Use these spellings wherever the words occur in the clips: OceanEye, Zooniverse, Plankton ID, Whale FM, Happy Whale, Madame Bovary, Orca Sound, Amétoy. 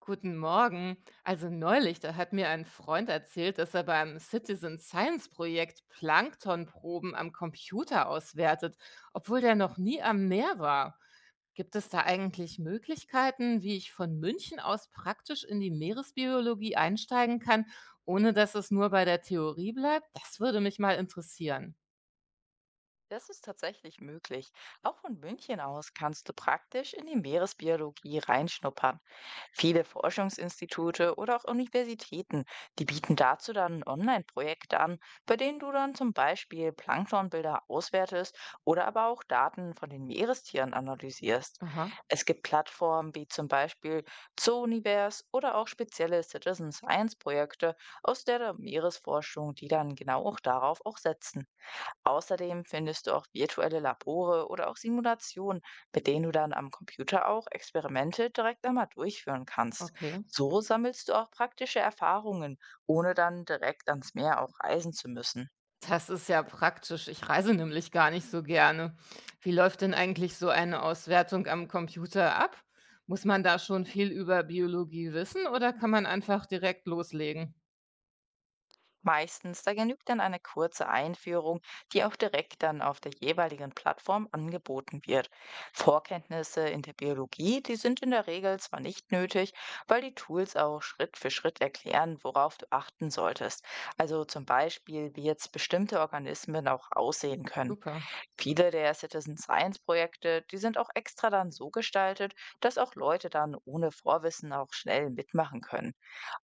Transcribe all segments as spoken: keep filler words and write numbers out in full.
Guten Morgen. Also neulich, da hat mir ein Freund erzählt, dass er beim Citizen Science Projekt Planktonproben am Computer auswertet, obwohl der noch nie am Meer war. Gibt es da eigentlich Möglichkeiten, wie ich von München aus praktisch in die Meeresbiologie einsteigen kann, ohne dass es nur bei der Theorie bleibt? Das würde mich mal interessieren. Das ist tatsächlich möglich. Auch von München aus kannst du praktisch in die Meeresbiologie reinschnuppern. Viele Forschungsinstitute oder auch Universitäten, die bieten dazu dann ein Online-Projekt an, bei denen du dann zum Beispiel Planktonbilder auswertest oder aber auch Daten von den Meerestieren analysierst. Aha, Es gibt Plattformen wie zum Beispiel Zooniverse oder auch spezielle Citizen Science Projekte aus der Meeresforschung, die dann genau auch darauf auch setzen. Außerdem findest du auch virtuelle Labore oder auch Simulationen, mit denen du dann am Computer auch Experimente direkt einmal durchführen kannst. okay. So sammelst du auch praktische Erfahrungen, ohne dann direkt ans Meer auch reisen zu müssen. Das ist ja praktisch. Ich reise nämlich gar nicht so gerne. Wie läuft denn eigentlich so eine Auswertung am Computer ab? Muss man da schon viel über Biologie wissen oder kann man einfach direkt loslegen? Meistens, da genügt dann eine kurze Einführung, die auch direkt dann auf der jeweiligen Plattform angeboten wird. Vorkenntnisse in der Biologie, die sind in der Regel zwar nicht nötig, weil die Tools auch Schritt für Schritt erklären, worauf du achten solltest. Also zum Beispiel, wie jetzt bestimmte Organismen auch aussehen können. Super, Viele der Citizen Science Projekte, die sind auch extra dann so gestaltet, dass auch Leute dann ohne Vorwissen auch schnell mitmachen können.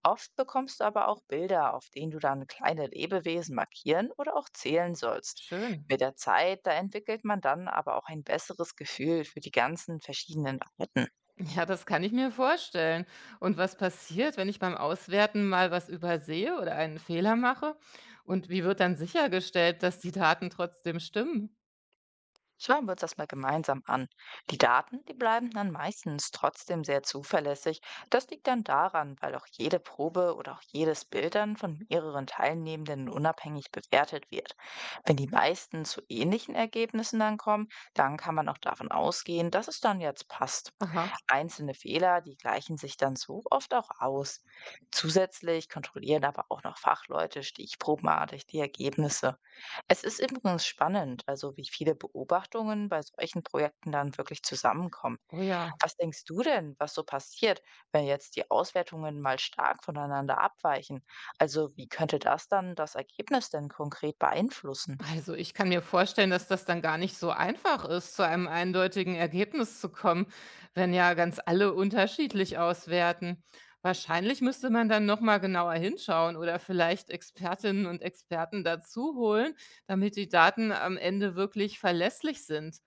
Oft bekommst du aber auch Bilder, auf denen du dann kleine Lebewesen markieren oder auch zählen sollst. schön. Mit der Zeit, da entwickelt man dann aber auch ein besseres Gefühl für die ganzen verschiedenen Arten. Ja, das kann ich mir vorstellen. Und was passiert, wenn ich beim Auswerten mal was übersehe oder einen Fehler mache? Und wie wird dann sichergestellt, dass die Daten trotzdem stimmen? Schauen wir uns das mal gemeinsam an. Die Daten, die bleiben dann meistens trotzdem sehr zuverlässig. Das liegt dann daran, weil auch jede Probe oder auch jedes Bild dann von mehreren Teilnehmenden unabhängig bewertet wird. Wenn die meisten zu ähnlichen Ergebnissen dann kommen, dann kann man auch davon ausgehen, dass es dann jetzt passt. Aha, Einzelne Fehler, die gleichen sich dann so oft auch aus. Zusätzlich kontrollieren aber auch noch Fachleute stichprobenartig die Ergebnisse. Es ist übrigens spannend, also wie viele Beobachtungen bei solchen Projekten dann wirklich zusammenkommen. oh ja. Was denkst du denn, was so passiert, wenn jetzt die Auswertungen mal stark voneinander abweichen? Also wie könnte das dann das Ergebnis denn konkret beeinflussen? Also, ich kann mir vorstellen, dass das dann gar nicht so einfach ist, zu einem eindeutigen Ergebnis zu kommen, wenn ja ganz alle unterschiedlich auswerten. Wahrscheinlich müsste man dann noch mal genauer hinschauen oder vielleicht Expertinnen und Experten dazu holen, damit die Daten am Ende wirklich verlässlich sind.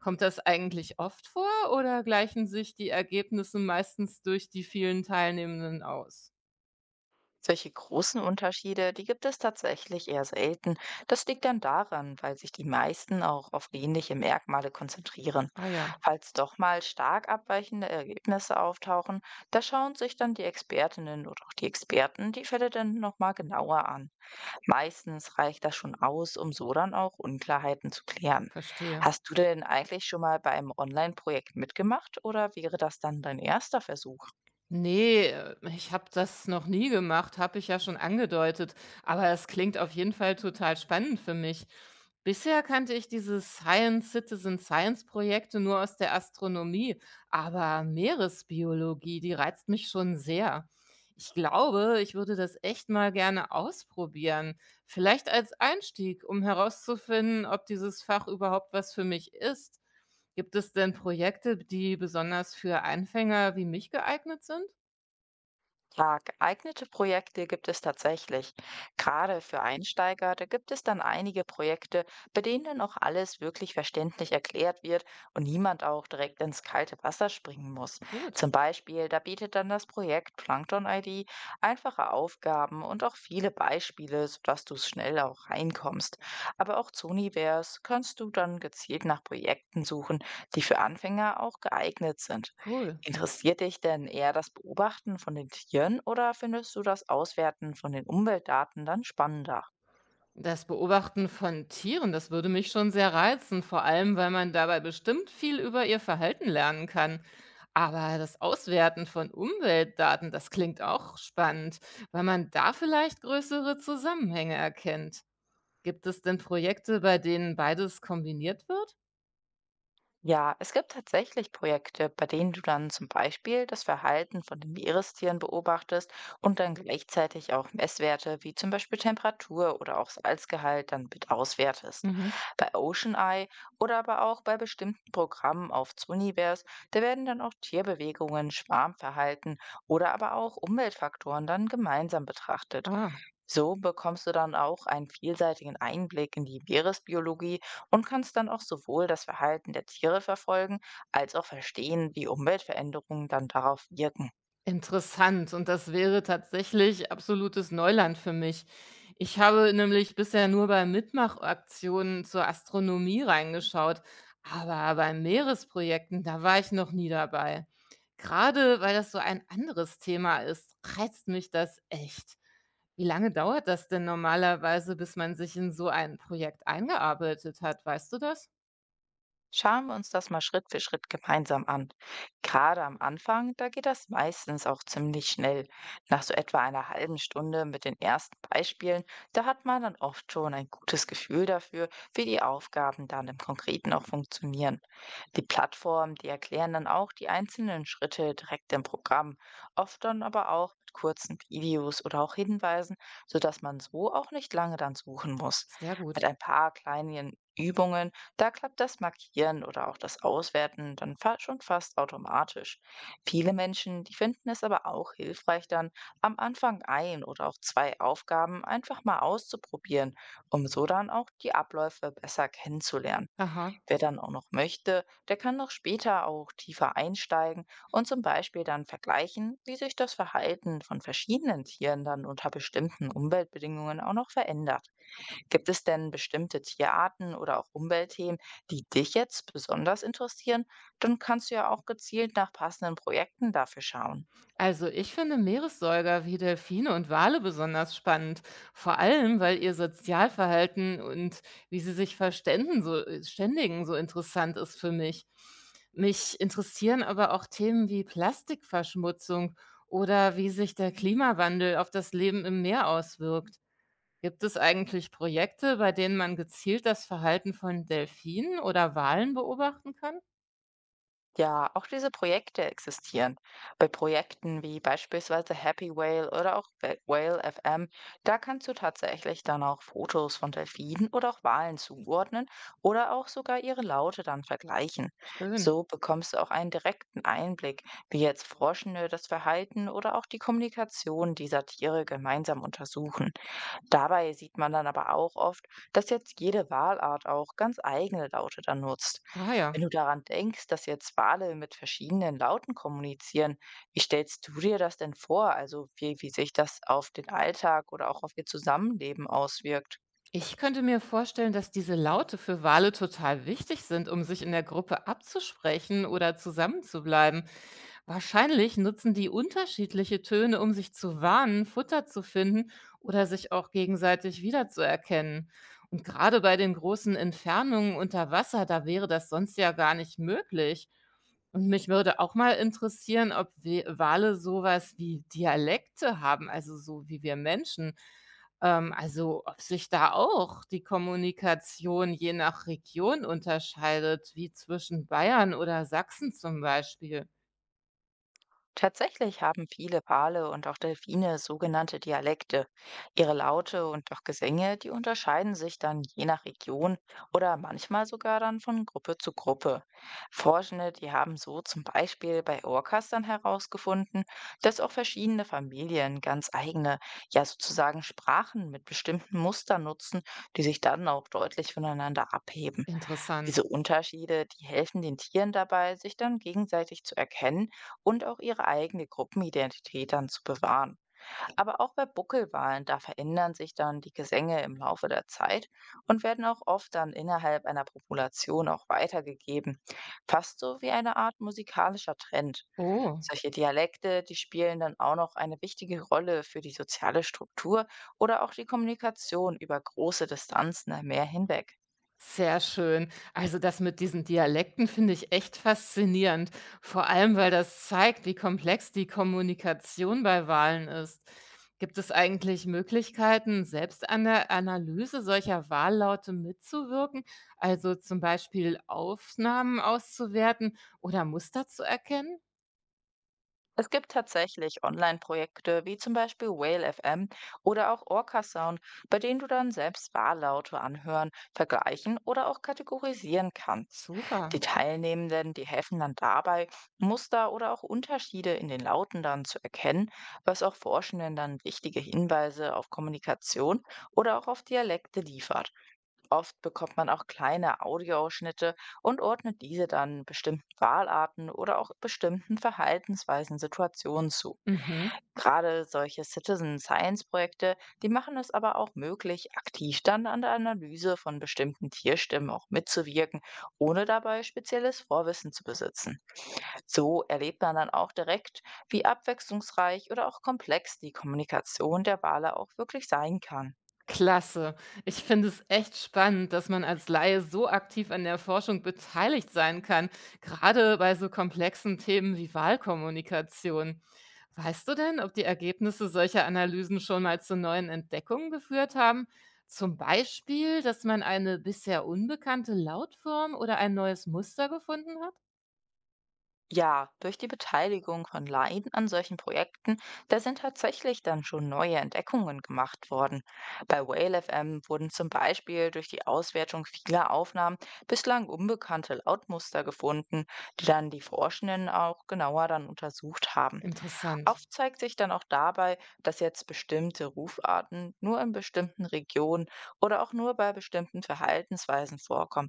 Kommt das eigentlich oft vor oder gleichen sich die Ergebnisse meistens durch die vielen Teilnehmenden aus? Solche großen Unterschiede, die gibt es tatsächlich eher selten. Das liegt dann daran, weil sich die meisten auch auf ähnliche Merkmale konzentrieren. Ah ja, Falls doch mal stark abweichende Ergebnisse auftauchen, da schauen sich dann die Expertinnen oder auch die Experten die Fälle dann nochmal genauer an. Meistens reicht das schon aus, um so dann auch Unklarheiten zu klären. verstehe. Hast du denn eigentlich schon mal bei einem Online-Projekt mitgemacht oder wäre das dann dein erster Versuch? Ne, äh, ich habe das noch nie gemacht, habe ich ja schon angedeutet, aber es klingt auf jeden Fall total spannend für mich. Bisher kannte ich diese Science Citizen Science Projekte nur aus der Astronomie, aber Meeresbiologie, die reizt mich schon sehr. Ich glaube, ich würde das echt mal gerne ausprobieren. Vielleicht als Einstieg, um herauszufinden, ob dieses Fach überhaupt was für mich ist. Gibt es denn Projekte, die besonders für Anfänger wie mich geeignet sind? Ja, geeignete Projekte gibt es tatsächlich. Gerade für Einsteiger, da gibt es dann einige Projekte, bei denen dann auch alles wirklich verständlich erklärt wird und niemand auch direkt ins kalte Wasser springen muss. Gut, Zum Beispiel, da bietet dann das Projekt Plankton I D einfache Aufgaben und auch viele Beispiele, sodass du schnell auch reinkommst. Aber auch zu Univers kannst du dann gezielt nach Projekten suchen, die für Anfänger auch geeignet sind. cool. Interessiert dich denn eher das Beobachten von den Tieren oder findest du das Auswerten von den Umweltdaten dann spannender? Das Beobachten von Tieren, das würde mich schon sehr reizen, vor allem weil man dabei bestimmt viel über ihr Verhalten lernen kann. Aber das Auswerten von Umweltdaten, das klingt auch spannend, weil man da vielleicht größere Zusammenhänge erkennt. Gibt es denn Projekte, bei denen beides kombiniert wird? Ja, es gibt tatsächlich Projekte, bei denen du dann zum Beispiel das Verhalten von den Meerestieren beobachtest und dann gleichzeitig auch Messwerte wie zum Beispiel Temperatur oder auch Salzgehalt dann mit auswertest. Mhm. Bei OceanEye oder aber auch bei bestimmten Programmen auf Zunivers, da werden dann auch Tierbewegungen, Schwarmverhalten oder aber auch Umweltfaktoren dann gemeinsam betrachtet. Ah. So bekommst du dann auch einen vielseitigen Einblick in die Meeresbiologie und kannst dann auch sowohl das Verhalten der Tiere verfolgen, als auch verstehen, wie Umweltveränderungen dann darauf wirken. Interessant, und das wäre tatsächlich absolutes Neuland für mich. Ich habe nämlich bisher nur bei Mitmachaktionen zur Astronomie reingeschaut, aber bei Meeresprojekten, da war ich noch nie dabei. Gerade weil das so ein anderes Thema ist, reizt mich das echt. Wie lange dauert das denn normalerweise, bis man sich in so ein Projekt eingearbeitet hat? Weißt du das? Schauen wir uns das mal Schritt für Schritt gemeinsam an. Gerade am Anfang, da geht das meistens auch ziemlich schnell. Nach so etwa einer halben Stunde mit den ersten Beispielen, da hat man dann oft schon ein gutes Gefühl dafür, wie die Aufgaben dann im Konkreten auch funktionieren. Die Plattformen, die erklären dann auch die einzelnen Schritte direkt im Programm, oft dann aber auch mit kurzen Videos oder auch Hinweisen, sodass man so auch nicht lange dann suchen muss. Sehr Mit gut. ein paar kleinen Übungen da klappt das Markieren oder auch das Auswerten dann fa schon fast automatisch. Viele Menschen, die finden es aber auch hilfreich, dann am Anfang ein oder auch zwei Aufgaben einfach mal auszuprobieren, um so dann auch die Abläufe besser kennenzulernen. Aha. Wer dann auch noch möchte, der kann noch später auch tiefer einsteigen und zum Beispiel dann vergleichen, wie sich das Verhalten von verschiedenen Tieren dann unter bestimmten Umweltbedingungen auch noch verändert. Gibt es denn bestimmte Tierarten oder auch Umweltthemen, die dich jetzt besonders interessieren? Dann kannst du ja auch gezielt nach passenden Projekten dafür schauen. Also ich finde Meeressäuger wie Delfine und Wale besonders spannend, vor allem weil ihr Sozialverhalten und wie sie sich verständen, so, äh, ständigen so interessant ist für mich. Mich interessieren aber auch Themen wie Plastikverschmutzung oder wie sich der Klimawandel auf das Leben im Meer auswirkt. Gibt es eigentlich Projekte, bei denen man gezielt das Verhalten von Delfinen oder Walen beobachten kann? Ja, auch diese Projekte existieren. Bei Projekten wie beispielsweise Happy Whale oder auch Wh- Whale F M, da kannst du tatsächlich dann auch Fotos von Delfinen oder auch Walen zuordnen oder auch sogar ihre Laute dann vergleichen. Schön. So bekommst du auch einen direkten Einblick, wie jetzt Forschende das Verhalten oder auch die Kommunikation dieser Tiere gemeinsam untersuchen. Dabei sieht man dann aber auch oft, dass jetzt jede Walart auch ganz eigene Laute dann nutzt. Ah ja. Wenn du daran denkst, dass jetzt Wale mit verschiedenen Lauten kommunizieren, wie stellst du dir das denn vor? Also wie, wie sich das auf den Alltag oder auch auf ihr Zusammenleben auswirkt? Ich könnte mir vorstellen, dass diese Laute für Wale total wichtig sind, um sich in der Gruppe abzusprechen oder zusammenzubleiben. Wahrscheinlich nutzen die unterschiedliche Töne, um sich zu warnen, Futter zu finden oder sich auch gegenseitig wiederzuerkennen. Und gerade bei den großen Entfernungen unter Wasser, da wäre das sonst ja gar nicht möglich. Und mich würde auch mal interessieren, ob We Wale sowas wie Dialekte haben, also so wie wir Menschen. Ähm, also ob sich da auch die Kommunikation je nach Region unterscheidet, wie zwischen Bayern oder Sachsen zum Beispiel. Tatsächlich haben viele Wale und auch Delfine sogenannte Dialekte. Ihre Laute und auch Gesänge, die unterscheiden sich dann je nach Region oder manchmal sogar dann von Gruppe zu Gruppe. Forschende, die haben so zum Beispiel bei Orcas dann herausgefunden, dass auch verschiedene Familien ganz eigene, ja sozusagen Sprachen mit bestimmten Mustern nutzen, die sich dann auch deutlich voneinander abheben. Interessant. Diese Unterschiede, die helfen den Tieren dabei, sich dann gegenseitig zu erkennen und auch ihre eigene Gruppenidentität dann zu bewahren. Aber auch bei Buckelwalen, da verändern sich dann die Gesänge im Laufe der Zeit und werden auch oft dann innerhalb einer Population auch weitergegeben. Fast so wie eine Art musikalischer Trend. Oh. Solche Dialekte, die spielen dann auch noch eine wichtige Rolle für die soziale Struktur oder auch die Kommunikation über große Distanzen am Meer hinweg. Sehr schön. Also das mit diesen Dialekten finde ich echt faszinierend, vor allem weil das zeigt, wie komplex die Kommunikation bei Wahlen ist. Gibt es eigentlich Möglichkeiten, selbst an der Analyse solcher Wahllaute mitzuwirken, also zum Beispiel Aufnahmen auszuwerten oder Muster zu erkennen? Es gibt tatsächlich Online-Projekte wie zum Beispiel Whale F M oder auch Orca Sound, bei denen du dann selbst Wahllaute anhören, vergleichen oder auch kategorisieren kannst. Super. Die Teilnehmenden, die helfen dann dabei, Muster oder auch Unterschiede in den Lauten dann zu erkennen, was auch Forschenden dann wichtige Hinweise auf Kommunikation oder auch auf Dialekte liefert. Oft bekommt man auch kleine Audioausschnitte und ordnet diese dann bestimmten Wahlarten oder auch bestimmten Verhaltensweisen Situationen zu. Mhm. Gerade solche Citizen Science Projekte, die machen es aber auch möglich, aktiv dann an der Analyse von bestimmten Tierstimmen auch mitzuwirken, ohne dabei spezielles Vorwissen zu besitzen. So erlebt man dann auch direkt, wie abwechslungsreich oder auch komplex die Kommunikation der Wale auch wirklich sein kann. Klasse. Ich finde es echt spannend, dass man als Laie so aktiv an der Forschung beteiligt sein kann, gerade bei so komplexen Themen wie Wahlkommunikation. Weißt du denn, ob die Ergebnisse solcher Analysen schon mal zu neuen Entdeckungen geführt haben? Zum Beispiel, dass man eine bisher unbekannte Lautform oder ein neues Muster gefunden hat? Ja, durch die Beteiligung von Laien an solchen Projekten, da sind tatsächlich dann schon neue Entdeckungen gemacht worden. Bei Whale F M wurden zum Beispiel durch die Auswertung vieler Aufnahmen bislang unbekannte Lautmuster gefunden, die dann die Forschenden auch genauer dann untersucht haben. Interessant. Oft zeigt sich dann auch dabei, dass jetzt bestimmte Rufarten nur in bestimmten Regionen oder auch nur bei bestimmten Verhaltensweisen vorkommen.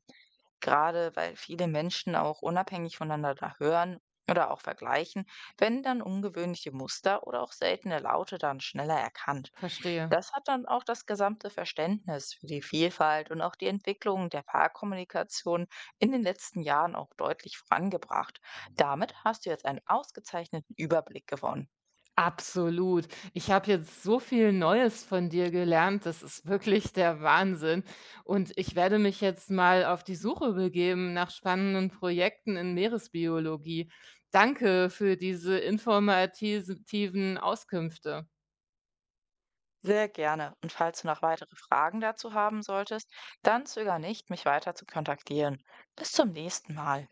Gerade weil viele Menschen auch unabhängig voneinander da hören oder auch vergleichen, werden dann ungewöhnliche Muster oder auch seltene Laute dann schneller erkannt. Verstehe. Das hat dann auch das gesamte Verständnis für die Vielfalt und auch die Entwicklung der Paarkommunikation in den letzten Jahren auch deutlich vorangebracht. Damit hast du jetzt einen ausgezeichneten Überblick gewonnen. Absolut. Ich habe jetzt so viel Neues von dir gelernt. Das ist wirklich der Wahnsinn. Und ich werde mich jetzt mal auf die Suche begeben nach spannenden Projekten in Meeresbiologie. Danke für diese informativen Auskünfte. Sehr gerne. Und falls du noch weitere Fragen dazu haben solltest, dann zöger nicht, mich weiter zu kontaktieren. Bis zum nächsten Mal.